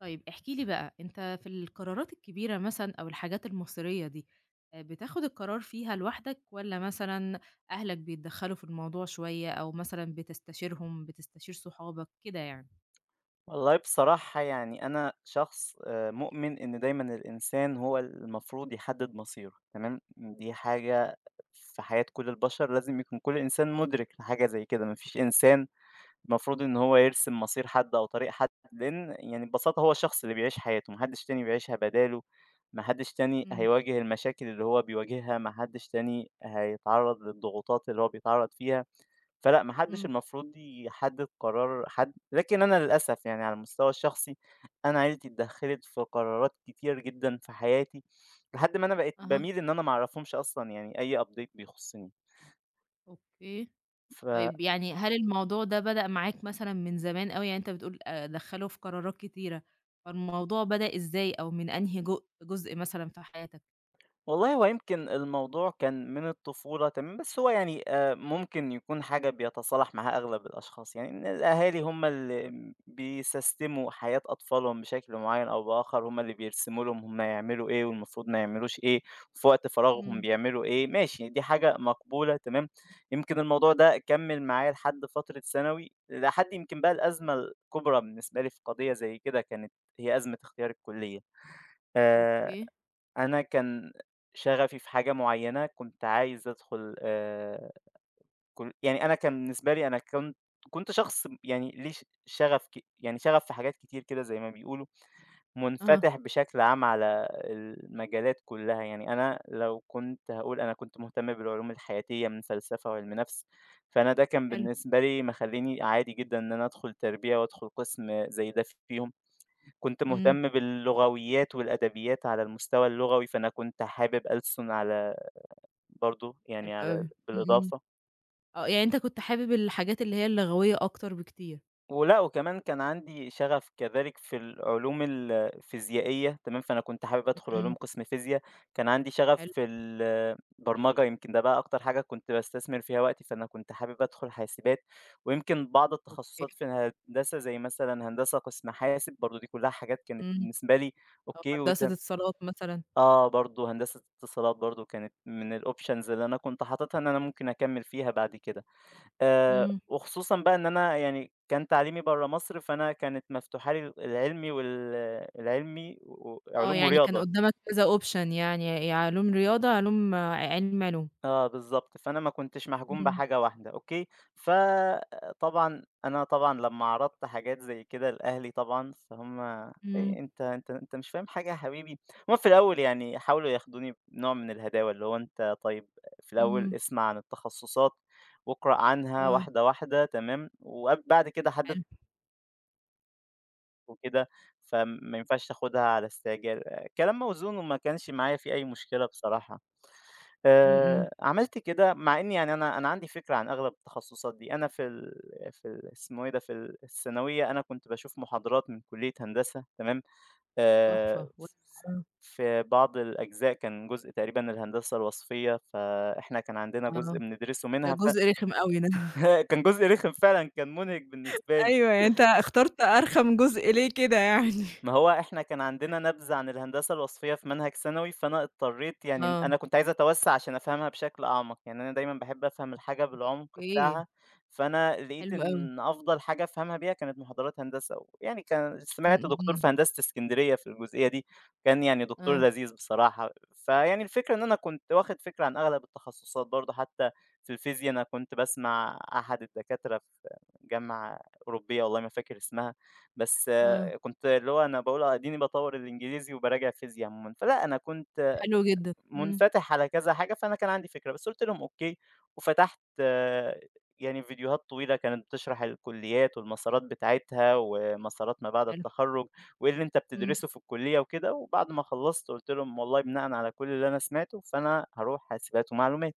طيب احكِ لي بقى، أنت في القرارات الكبيرة مثلًا أو الحاجات المصيرية دي، بتاخد القرار فيها لوحدك والّا مثلًا أهلك بيتدخّلوا في الموضوع شوية أو مثلًا بتستشيرهم، بتستشير صحابك، كده يعني؟ والله بصراحة يعني أنا شخص مؤمن إن دايما الإنسان هو المفروض يحدد مصيره، تمام. دي حاجة في حياة كل البشر، لازم يكون كل إنسان مدرك لحاجة زي كده. مفيش إنسان المفروض إن هو يرسم مصير حد أو طريق حد، لأن يعني ببساطة هو الشخص اللي بيعيش حياته، محدش تاني بيعيشها بداله، محدش تاني إمم، هيواجه المشاكل اللي هو بيواجهها، محدش تاني هيتعرض للضغوطات اللي هو بيتعرض فيها. فلأ، ما حدش إمم، المفروض يحدد قرار حد، لكن أنا للأسف يعني على المستوى الشخصي، أنا عيلتي اتدخلت في قرارات كتير جدًا في حياتي، لحد ما أنا بقيت أها، باميل إن أنا ما أعرفهمش أصلًا يعني أي update بيخصني. أوكي. ف طيب يعني هل الموضوع ده بدأ معاك مثلًا من زمان أوي؟ يعني أنت بتقول دخّلوا في قرارات كتيرة، فالموضوع بدأ إزاي أو من أنهي جزء مثلًا في حياتك؟ والله هو يمكن الموضوع كان من الطفولة، تمام، بس هو يعني ممكن يكون حاجة بيتصالح معاها أغلب الأشخاص، يعني إن الأهالي هم اللي م بيسستموا حياة أطفالهم بشكل معيّن أو بآخر، هم اللي بيرسموا لهم هم هيعملوا إيه والمفروض ما يعملوش إيه، في وقت فراغهم إمم، بيعملوا إيه. ماشي، دي حاجة مقبولة تمام. يمكن الموضوع ده كمّل معايا لحد فترة ثانوي، لحد يمكن بقى الأزمة الكبرى بالنسبة لي في قضية زي كده، كانت هي أزمة اختيار الكلية. آآ أوكي، أنا كان شغفي في حاجة معيّنة، كنت عايز أدخل كل يعني أنا كان بالنسبة لي أنا كنت شخص يعني ليه شغف يعني شغف في حاجات كتير كده زي ما بيقولوا، أها، منفتح بشكل عام على المجالات كلّها. يعني أنا لو كنت هاقول، أنا كنت مهتم بالعلوم الحياتية من فلسفة وعلم نفس، فأنا ده كان حلو، بالنسبة لي مخلّيني عادي جدًا إن أنا أدخل تربية وأدخل قسم زي ده فيهم. كنت إمم، مهتم باللغويات والأدبيات على المستوى اللغوي، فأنا كنت حابب ألسن على برضه حلو يعني على أوي، إمم، إمم. بالإضافة. آه، يعني أنت كنت حابب الحاجات اللي هي اللغوية أكتر بكتير. ولأ، وكمان كان عندي شغف كذلك في العلوم الفيزيائية، تمام، فأنا كنت حابب أدخل علوم إمم. قسم فيزيا. كان عندي شغف حلو، في البرمجة، يمكن ده بقى أكتر حاجة كنت باستثمر فيها وقتي، فأنا كنت حابب أدخل حاسبات، ويمكن بعض أوكي. التخصصات في الهندسة زي مثلًا هندسة قسم حاسب برضه، دي كلها حاجات كانت إمم. بالنسبة لي أو أوكي. وت هندسة اتصالات مثلًا. آه، برضه هندسة اتصالات برضه كانت من الoptions اللي أنا كنت حاططها إن أنا ممكن أكمّل فيها بعد كده. إمم. وخصوصًا بقى إن أنا يعني كان تعليمي برّه مصر، فأنا كانت مفتوحة لي العلمي وال العلمي آه، وعلوم يعني كان ورياضة. قدّامك كذا option يعني يا علوم رياضة، علوم علوم. آه بالضبط، فأنا ما كنتش محجوم إمم، بحاجة واحدة، أوكي. فطبعًا أنا طبعًا لمّا عرضت حاجات زي كده لأهلي طبعًا، فهُم إمم، إيه، أنت مش فاهم حاجة يا حبيبي. هُم في الأول يعني حاولوا ياخدوني بنوع من الهداوة، اللي هو أنت طيب في الأول إمم. اسمع عن التخصصات واقرأ عنها آه، واحدة واحدة، تمام، وب بعد كده حدد حلو. وكده، فما ينفعش تاخدها على استعجال. آه، كلام موزون وما كانش معايا فيه أي مشكلة بصراحة. إمم، إمم، عملت كده مع إني يعني أنا عندي فكرة عن أغلب التخصصات دي. أنا في ال في ال اسمه إيه ده، في ال الثانوية أنا كنت باشوف محاضرات من كلية هندسة، تمام. آآ، تحفة و آه. في بعض الأجزاء كان جزء تقريبًا الهندسة الوصفية، فإحنا كان عندنا جزء آه، بندرسه ده منها ف جزء رخم أوي ده. كان جزء رخم فعلًا، كان مُنهِك بالنسبة لي. أيوه، يعني أنت اخترت أرخم جزء ليه كده يعني؟ ما هو إحنا كان عندنا نبذة عن الهندسة الوصفية في منهج ثانوي، فأنا اضطريت يعني آه، أنا كنت عايز أتوسّع عشان أفهمها بشكل أعمق، يعني أنا دايمًا باحب أفهم الحاجة بالعمق أوكي، بتاعها. فأنا لقيت حلو أوي. إن أفضل حاجة أفهمها بيها كانت محاضرات هندسة، ويعني كان سمعت إمم، دكتور إمم، في هندسة إسكندرية في الجزئية دي، كان يعني دكتور آه، لذيذ بصراحة. فيعني الفكرة إن أنا كنت واخد فكرة عن أغلب التخصصات برضه، حتى في الفيزيا أنا كنت باسمع أحد الدكاترة في جامعة أوروبية، والله ما فاكر اسمها، بس آه، كنت اللي هو أنا باقول آه، أديني باطوّر الإنجليزي وباراجع فيزيا عمومًا. فلأ أنا كنت حلو جدًا. إمم، منفتح على كذا حاجة، فأنا كان عندي فكرة، بس قُلت لهم أوكي. وفتحت آه، يعني فيديوهات طويلة كانت بتشرح الكليات والمسارات بتاعتها، ومسارات ما بعد حلو، التخرُّج، وإيه اللي أنت إمم. بتدرسه في الكلية وكده. وبعد ما خلّصت قُلت لهم، والله بناءً على كل اللي أنا سمعته، فأنا هاروح حاسبات ومعلومات.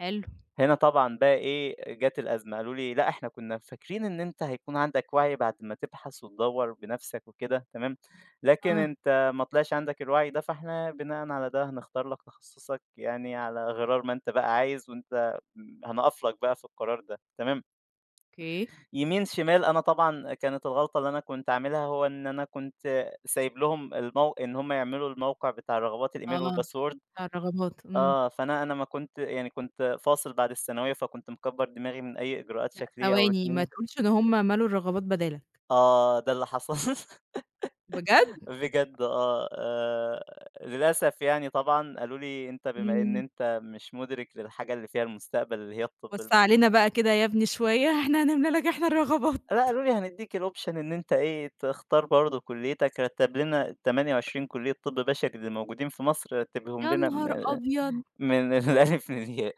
حلو، هنا طبعًا بقى إيه، جات الأزمة. قالوا لي: "لأ، إحنا كنا فاكرين إن أنت هيكون عندك وَعي بعد ما تبحث وتدوّر بنَفْسك وكده، تمام، لكن آه. أنت ما طلعش عندك الوَعي ده، فإحنا بناءً على ده هنختار لك تخصصك يعني على غرار ما أنت بقى عايز، وأنت م هنقف لك بقى في القرار ده." تمام، أوكي، يمين، شمال. أنا طبعًا كانت الغلطة اللي أنا كنت عاملها هو إن أنا كنت سايب لهم المو إن هم يعملوا الموقع بتاع الرغبات، الإيميل آه، والباسورد. بتاع الرغبات، إمم. آه، فأنا أنا ما كنت يعني كنت فاصل بعد الثانوية، فكنت مكبّر دماغي من أي إجراءات شكلية أو ثواني روتينية. ما تقولش إن هم مالوا الرغبات بدالك. آه، ده اللي حصل. بجد؟! بجد آه. للأسف يعني طبعًا قالوا لي: "أنت بما إن إمم، أنت مش مُدرك للحاجة اللي فيها المستقبل، اللي هي الطب الب." وسّع علينا بقى كده يا ابني شوية، إحنا هنملى لك إحنا الرغبات. لأ، قالوا لي: "هندّيك الoption إن أنت إيه، تختار برضه كُلّيتك." رتّب لنا 28 كُلّية طِب بشري اللي موجودين في مصر، رتّبهم يا لنا من نهار أبيض! من الألف للياء.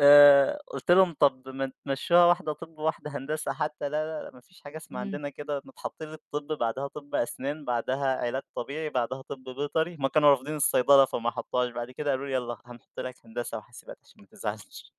قُلت لهم: "طب ما تمشّوها واحدة طِب وواحدة هندسة حتى." "لا، لا، لأ، ما فيش حاجة اسمها إمم. عندنا كده. إحنا اتحطّينا الطِب، بعدها طِب أسنان، بعدها علاج طبيعي، بعدها طِب بيطري." هُم كانوا رافضين الصيدلة فما حطّوهاش. بعد كده قالوا لي: "يالّا هنحط لك هندسة وحاسبات عشان ما تزعلش."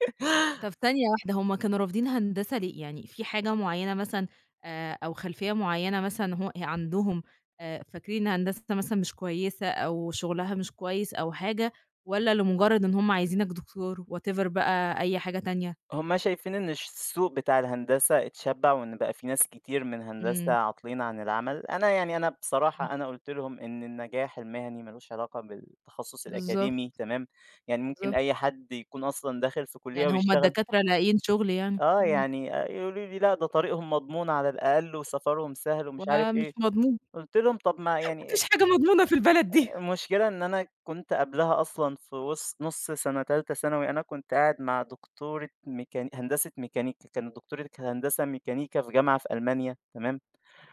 طب ثانية واحدة، هم كانوا رافضين هندسة ليه؟ يعني في حاجة معيّنة مثلًا أو خلفية معيّنة مثلًا هو عندهم فاكرين إن هندسة مثلًا مش كويسة أو شغلها مش كويس أو حاجة، والّا لمجرد إن هم عايزينك دكتور whatever بقى أي حاجة تانية؟ هُم شايفين إن الش السوق بتاع الهندسة اتشبع، وإن بقى في ناس كتير من هندسة إمم. عاطلين عن العمل. أنا بصراحة أنا قُلت لهم إن النجاح المهني ما لوش علاقة بالتخصص بالضبط، الأكاديمي، تمام؟ يعني ممكن بالضبط. أي حد يكون أصلًا داخل في كُلّية يعني هم ويشتغل الدكاترة لاقيين شغل يعني، آه، إمم، يعني يقولوا لي: "لأ، ده طريقهم مضمون على الأقل وسفرهم سهل." ومش عارف إيه، ومش مضمون. قُلت لهم: "طب ما ما فيش يعني حاجة مضمونة في البلد دي. المشكلة إن أنا كنت قبلها أصلًا في وِسط نُص سَنة تالتة ثانوي، أنا كنت قاعد مع دكتورة ميكان هندسة ميكانيكا، كانت دكتورة هندسة ميكانيكا في جامعة في ألمانيا، تمام،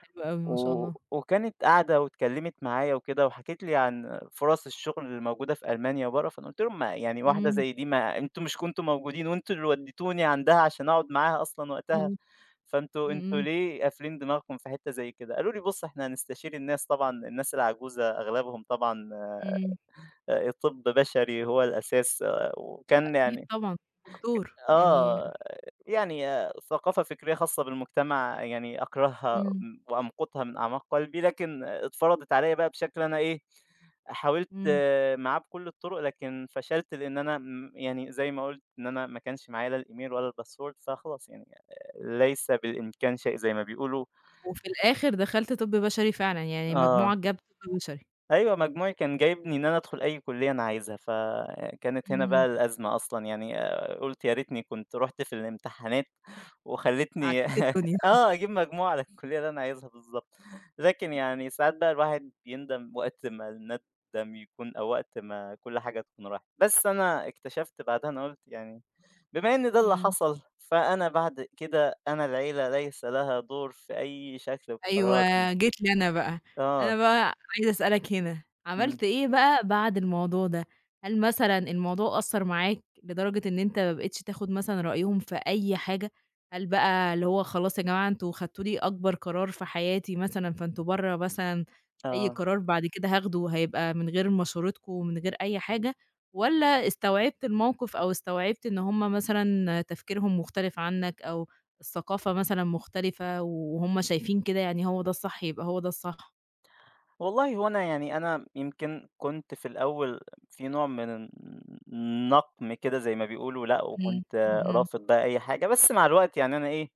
حلو أوي ما شاء و الله. وكانت قاعدة واتكلمت معايا وكده وحكِت لي عن فرص الشغل اللي موجودة في ألمانيا وبرّه." فأنا قُلت لهم: "ما يعني واحدة إمم، زي دي ما أنتم مش كنتم موجودين وأنتم اللي ودّيتوني عندها عشان أقعد معاها أصلًا أها، وقتها، إمم، فأنتم إمم، ليه قافلين دماغكم في حتة زي كده؟" قالوا لي: "بُص إحنا هنستشير الناس طبعًا، الناس العجوزة أغلبهم طبعًا إمم. طِبّ بشري هو الأساس." آه، وكان أكيد يعني طبعًا، دكتور يعني آه، يعني آه، ثقافة فكرية خاصة بالمجتمع يعني أكرهها إمم، م وأمقتها من أعماق قلبي، لكن اتفرضت عليَّ بقى بشكل أنا إيه، حاولت إمم. آه، معاه بكل الطُرق لكن فشلت، لإن أنا م يعني زي ما قُلت إن أنا ما كانش معايا لا الإيميل ولا الباسورد. فخلاص يعني آه، ليس بالإمكان شيء زي ما بيقولوا. وفي الآخر دخلت طِب بشري فعلًا، يعني آه. مجموعك جاب طِب بشري. أيوه، مجموعي كان جايبني إن أنا أدخل أي كُلّية أنا عايزها، فكانت هنا بقى إمم، الأزمة أصلًا. يعني قُلت يا ريتني كنت رُحت في الامتحانات وخلّتني عكيت الدنيا. آه، أجيب مجموع على الكُلّية اللي أنا عايزها بالضبط، لكن يعني ساعات بقى الواحد بيندم وقت ما الندم يكون أو وقت ما كل حاجة تكون راحت. بس أنا اكتشفت بعدها، أنا قُلت يعني بما إن ده اللي إمم. حصل، فأنا بعد كده أنا العيلة ليس لها دور في أي شكل في قراراتي. أيوه، جيت لي أنا بقى، آه، أنا بقى عايزة أسألك هنا، إمم، عملت إيه بقى بعد الموضوع ده؟ هل مثلًا الموضوع أثّر معاك لدرجة إن أنت ما بقيتش تاخد مثلًا رأيهم في أي حاجة؟ هل بقى اللي هو خلاص يا جماعة أنتم خدتوا لي أكبر قرار في حياتي مثلًا، فأنتم برّه مثلًا أي آه. قرار بعد كده هاخده هيبقى من غير مشورتكم ومن غير أي حاجة، والّا استوعبت الموقف أو استوعبت إن هُم مثلًا تفكيرهم مختلف عنك أو الثقافة مثلًا مختلفة وهُم شايفين كده يعني هو ده الصح، يبقى هو ده الصح. والله هو أنا يعني أنا يمكن كنت في الأول في نوع من النقم كده زي ما بيقولوا لأ، إمم، وكنت إمم، إمم. رافض بقى أي حاجة. بس مع الوقت يعني أنا إيه،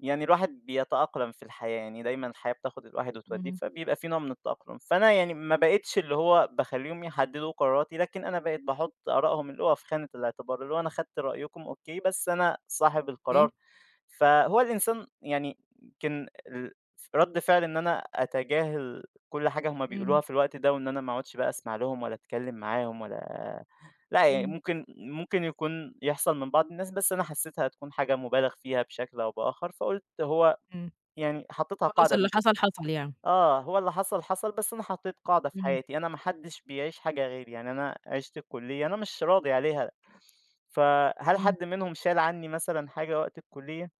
يعني الواحد بيتأقلم في الحياة، يعني دايمًا الحياة بتاخد الواحد وتوديه، إمم، فبيبقى في نوع من التأقلم. فأنا يعني ما بقيتش اللي هو باخلّيهم يحددوا قراراتي، لكن أنا بقيت باحط آرائهم اللي هو في خانة الاعتبار، اللي هو أنا خدت رأيكم أوكي، بس أنا صاحب القرار. أوكي. فهو الإنسان يعني يمكن ال رَد فعلي إن أنا أتجاهل كل حاجة هُم بيقولوها إمم، في الوقت ده، وإن أنا ما اقعدش بقى أسمع لهم ولا أتكلم معاهم ولا لأ، يعني إمم، ممكن يكون يحصل من بعض الناس، بس أنا حسيتها هتكون حاجة مُبالغ فيها بشكل أو بآخر. فقُلت هو إمم. يعني حطيتها خلاص قاعدة م اللي حصل، حصل يعني. آه، هو اللي حصل، حصل، بس أنا حطيت قاعدة في إمم، حياتي، أنا ما حدش بيعيش حاجة غيري. يعني أنا عِشت الكُلّية أنا مش راضي عليها، فهل إمم، حد منهم شال عني مثلًا حاجة وقت الكُلّية؟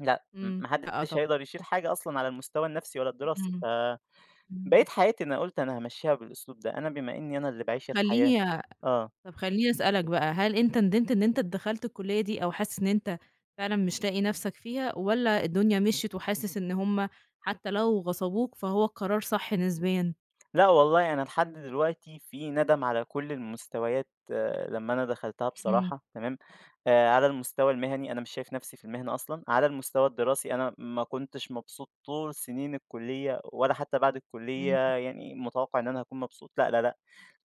لأ، م إمم. ما لأ حدش طبعًا. هيقدر يشيل حاجة أصلًا على المستوى النفسي ولا الدراسي. إمم، فبقيت إمم. حياتي أنا قُلت أنا هامشّيها بالأسلوب ده، أنا بما إني أنا اللي طب باعيش الحياة. خلّيني آه، طب خلّيني أسألك بقى، هل أنت ندمت إن أنت دخلت الكلية دي أو حاسس إن أنت فعلًا مش لاقي نفسك فيها والّا الدنيا مشيت وحاسس إن هُم حتى لو غصبوك فهو القرار صح نسبيًا؟ لأ والله أنا لحد دلوقتي في ندم على كل المستويات. آه، لمّا أنا دخلتها إمم. بصراحة، تمام. على المستوى المهني أنا مش شايف نفسي في المهنة أصلًا، على المستوى الدراسي أنا ما كنتش مبسوط طول سنين الكلية، ولا حتى بعد إمم، الكلية يعني متوقع إن أنا هاكون مبسوط، لأ، لأ، لأ.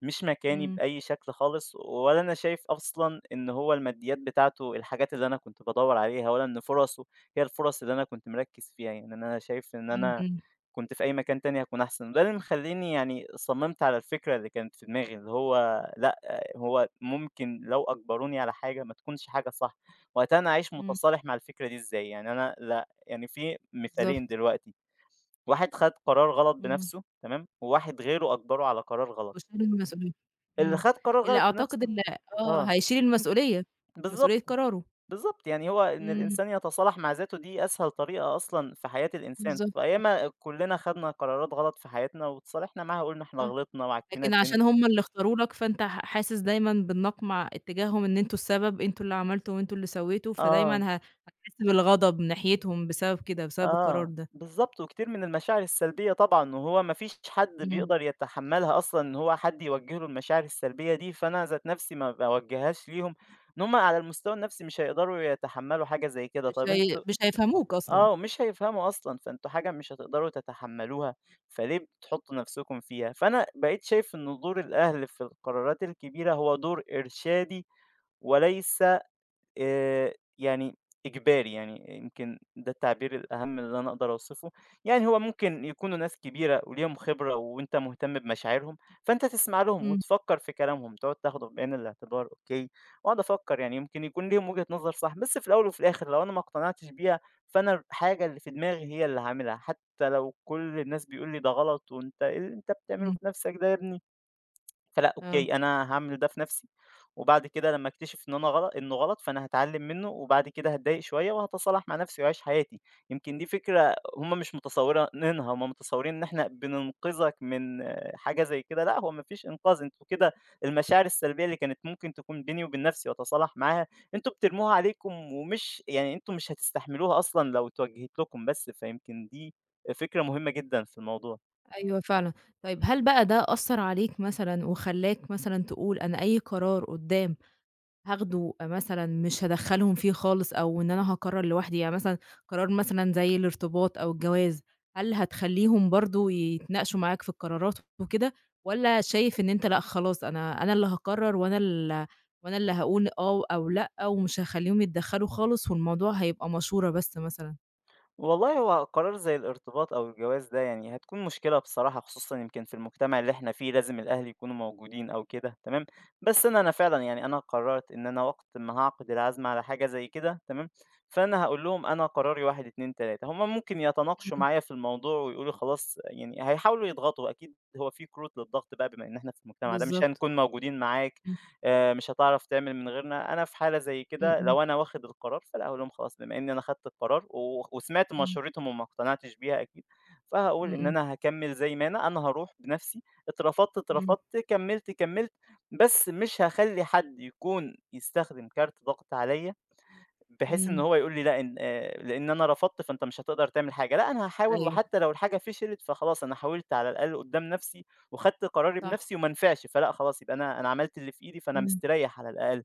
مش مكاني إمم، بأي شكل خالص، ولا أنا شايف أصلًا إن هو الماديات بتاعته الحاجات اللي أنا كنت بادوّر عليها، ولا إن فرصه هي الفرص اللي أنا كنت مركّز فيها. يعني أنا شايف إن إمم، أنا إمم. كنت في أي مكان تاني هاكون أحسن، وده اللي مخلّيني يعني صمِّمت على الفكرة اللي كانت في دماغي، اللي هو لأ، هو ممكن لو أجبروني على حاجة ما تكونش حاجة صح، وقتها أنا أعيش إمم، متصالح مع الفكرة دي إزاي؟ يعني أنا لأ يعني في مثالين بالضبط. دلوقتي، واحد خَد قرار غلط إمم. بنَفْسه، تمام، وواحد غيره أجبره على قرار غلط. وشال المسؤولية. اللي إمم. خد قرار اللي غلط أعتقد بنفسه اللي آه، آه، هيشيل المسؤولية، بالضبط. مسؤولية قراره. بالضبط، يعني هو إن إمم، الإنسان يتصالح مع ذاته دي أسهل طريقة أصلًا في حياة الإنسان، بالضبط، صح، وأياما كلنا خدنا قرارات غلط في حياتنا وتصالحنا معاها وقُلنا إحنا صح. غلطنا وعكينا لكن الدنيا. عشان هم اللي اختاروا لك، فأنت حاسس دايمًا بالنقمة اتجاههم إن أنتم السبب، أنتم اللي عملتوا وأنتم اللي سويتوا، فدايمًا آه، هتحس بالغضب ناحيتهم بسبب كده، بسبب القرار آه، ده. بالضبط، وكتير من المشاعر السلبية طبعًا، وهو ما فيش حد إمم. بيقدر يتحمّلها أصلًا إن هو حد يوجّه له المشاعر السلبية دي، فأنا ذات نفسي ما باوجّههاش ليهم، إن هُم على المستوى النفسي مش هيقدروا يتحمّلوا حاجة زي كده. طَب أنتِ مش هيفهموك أصلًا. آه، ومش هيفهموا أصلًا، فأنتم حاجة مش هتقدروا تتحمّلوها، فليه بتحطّوا نَفْسكم فيها؟ فأنا بقيت شايف إن دور الأهل في القرارات الكبيرة هو دور إرشادي وليس آآ يعني إجباري. يعني يمكن ده التعبير الأهم اللي أنا أقدر أوصفه. يعني هو ممكن يكونوا ناس كبيرة وليهم خبرة وأنت مهتم بمشاعرهم، فأنت تسمع لهم إمم، وتفكّر في كلامهم، تقعد تاخده بعين الاعتبار، أوكي، وأقعد أفكّر يعني يمكن يكون ليهم وجهة نظر صح، بس في الأول وفي الآخر لو أنا ما اقتنعتش بيها، فأنا الحاجة اللي في دماغي هي اللي هاعملها، حتى لو كل الناس بيقول لي ده غلط وأنت إيه اللي أنت بتعمله إمم، في نَفْسك ده يا ابني؟ فلأ آه. أوكي، أنا هاعمل ده في نَفْسي، وبعد كده لمّا أكتشف إن أنا غل إنه غلط، فأنا هاتعلّم منّه، وبعد كده هاتضايق شوية وهاتصالح مع نَفْسي وأعيش حياتي. يمكن دي فكرة هم مش متصورينها، هم متصورين إن إحنا بننقذك من آه، حاجة زي كده. لأ هو ما فيش إنقاذ، أنتم كده المشاعر السلبية اللي كانت ممكن تكون بيني وبين نَفْسي وأتصالح معاها، أنتم بترموها عليكم، ومش يعني أنتم مش هتستحملوها أصلًا لو اتوجهت لكم بس. فيمكن دي فكرة مهمة جدًا في الموضوع. أيوه فعلًا. طيب هل بقى ده أثّر عليك مثلًا وخلّاك مثلًا تقول أنا أي قرار قدّام هاخده مثلًا مش هادخّلهم فيه خالص أو إن أنا هاقرّر لوحدي، يعني مثلًا قرار مثلًا زي الارتباط أو الجواز، هل هتخلّيهم برضه يتناقشوا معاك في القرارات وكده، والّا شايف إن أنت لأ خلاص أنا اللي هاقرّر وأنا اللي هاقول آه أو لأ ومش هاخلّيهم يتدخّلوا خالص والموضوع هيبقى مشورة بس مثلًا؟ والله هو قرار زي الارتباط أو الجواز ده يعني هتكون مشكلة بصراحة، خصوصًا يمكن في المجتمع اللي إحنا فيه لازم الأهل يكونوا موجودين أو كده، تمام. بس أنا فعلًا يعني أنا قررت إن أنا وقت ما هاعقد العزم على حاجة زي كده، تمام، فأنا هاقول لهم أنا قراري 1، 2، 3. هُم ممكن يتناقشوا إمم، معايا في الموضوع ويقولوا خلاص يعني هيحاولوا يضغطوا أكيد، هو في كروت للضغط بقى بما إن إحنا في المجتمع ده، مش بالضبط. هنكون موجودين معاك، إمم، مش هتعرف تعمل من غيرنا. أنا في حالة زي كده إمم، لو أنا واخد القرار فلأ هاقول لهم خلاص، بما إني أنا خدت القرار و وسمعت إمم، مشورتهم وما اقتنعتش بيها أكيد، فهاقول إن إمم، أنا هاكمّل زي ما أنا، أنا هاروح بنفسي. اترفضت إمم، اترفضت، كمّلت كمّلت، بس مش هاخلّي حد يكون يستخدم كارت ضغط عليّا بحيث إن إمم، هو يقول لي لأ إن لإن أنا رفضت فأنت مش هتقدر تعمل حاجة. لأ أنا هاحاول، أيوه، وحتى لو الحاجة فشلت فخلاص أنا حاولت على الأقل قدّام نفسي، وخدت قراري صح. بنفسي وما نفعش، فلأ خلاص يبقى أنا عملت اللي في إيدي فأنا إمم. مستريح على الأقل.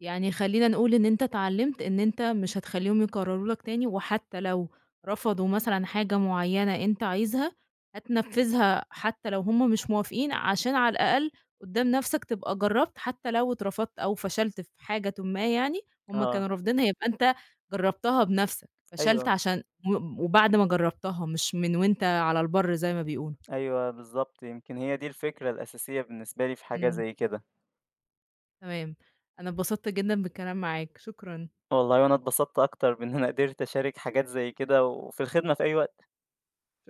يعني خلّينا نقول إن أنت اتعلّمت إن أنت مش هتخلّيهم يكرّروا لك تاني، وحتى لو رفضوا مثلًا حاجة معيّنة أنت عايزها، هتنفّذها حتى لو هُم مش موافقين، عشان على الأقل قدّام نَفْسك تبقى جرّبت حتى لو اترفضت أو فشلت في حاجةٍ ما يعني، هُم آه، كانوا رافضينها يبقى أنت جرّبتها بنَفْسك، فشلت أيوه، عشان و وبعد ما جرّبتها مش من وأنت على البَر زي ما بيقولوا. أيوه بالضبط، يمكن هي دي الفكرة الأساسية بالنسبة لي في حاجة إمم، زي كده. تمام، أنا اتبسطت جدًا بالكلام معاك، شكرًا. والله وأنا اتبسطت أكتر بإن أنا قدرت أشارك حاجات زي كده، وفي الخدمة في أي وقت.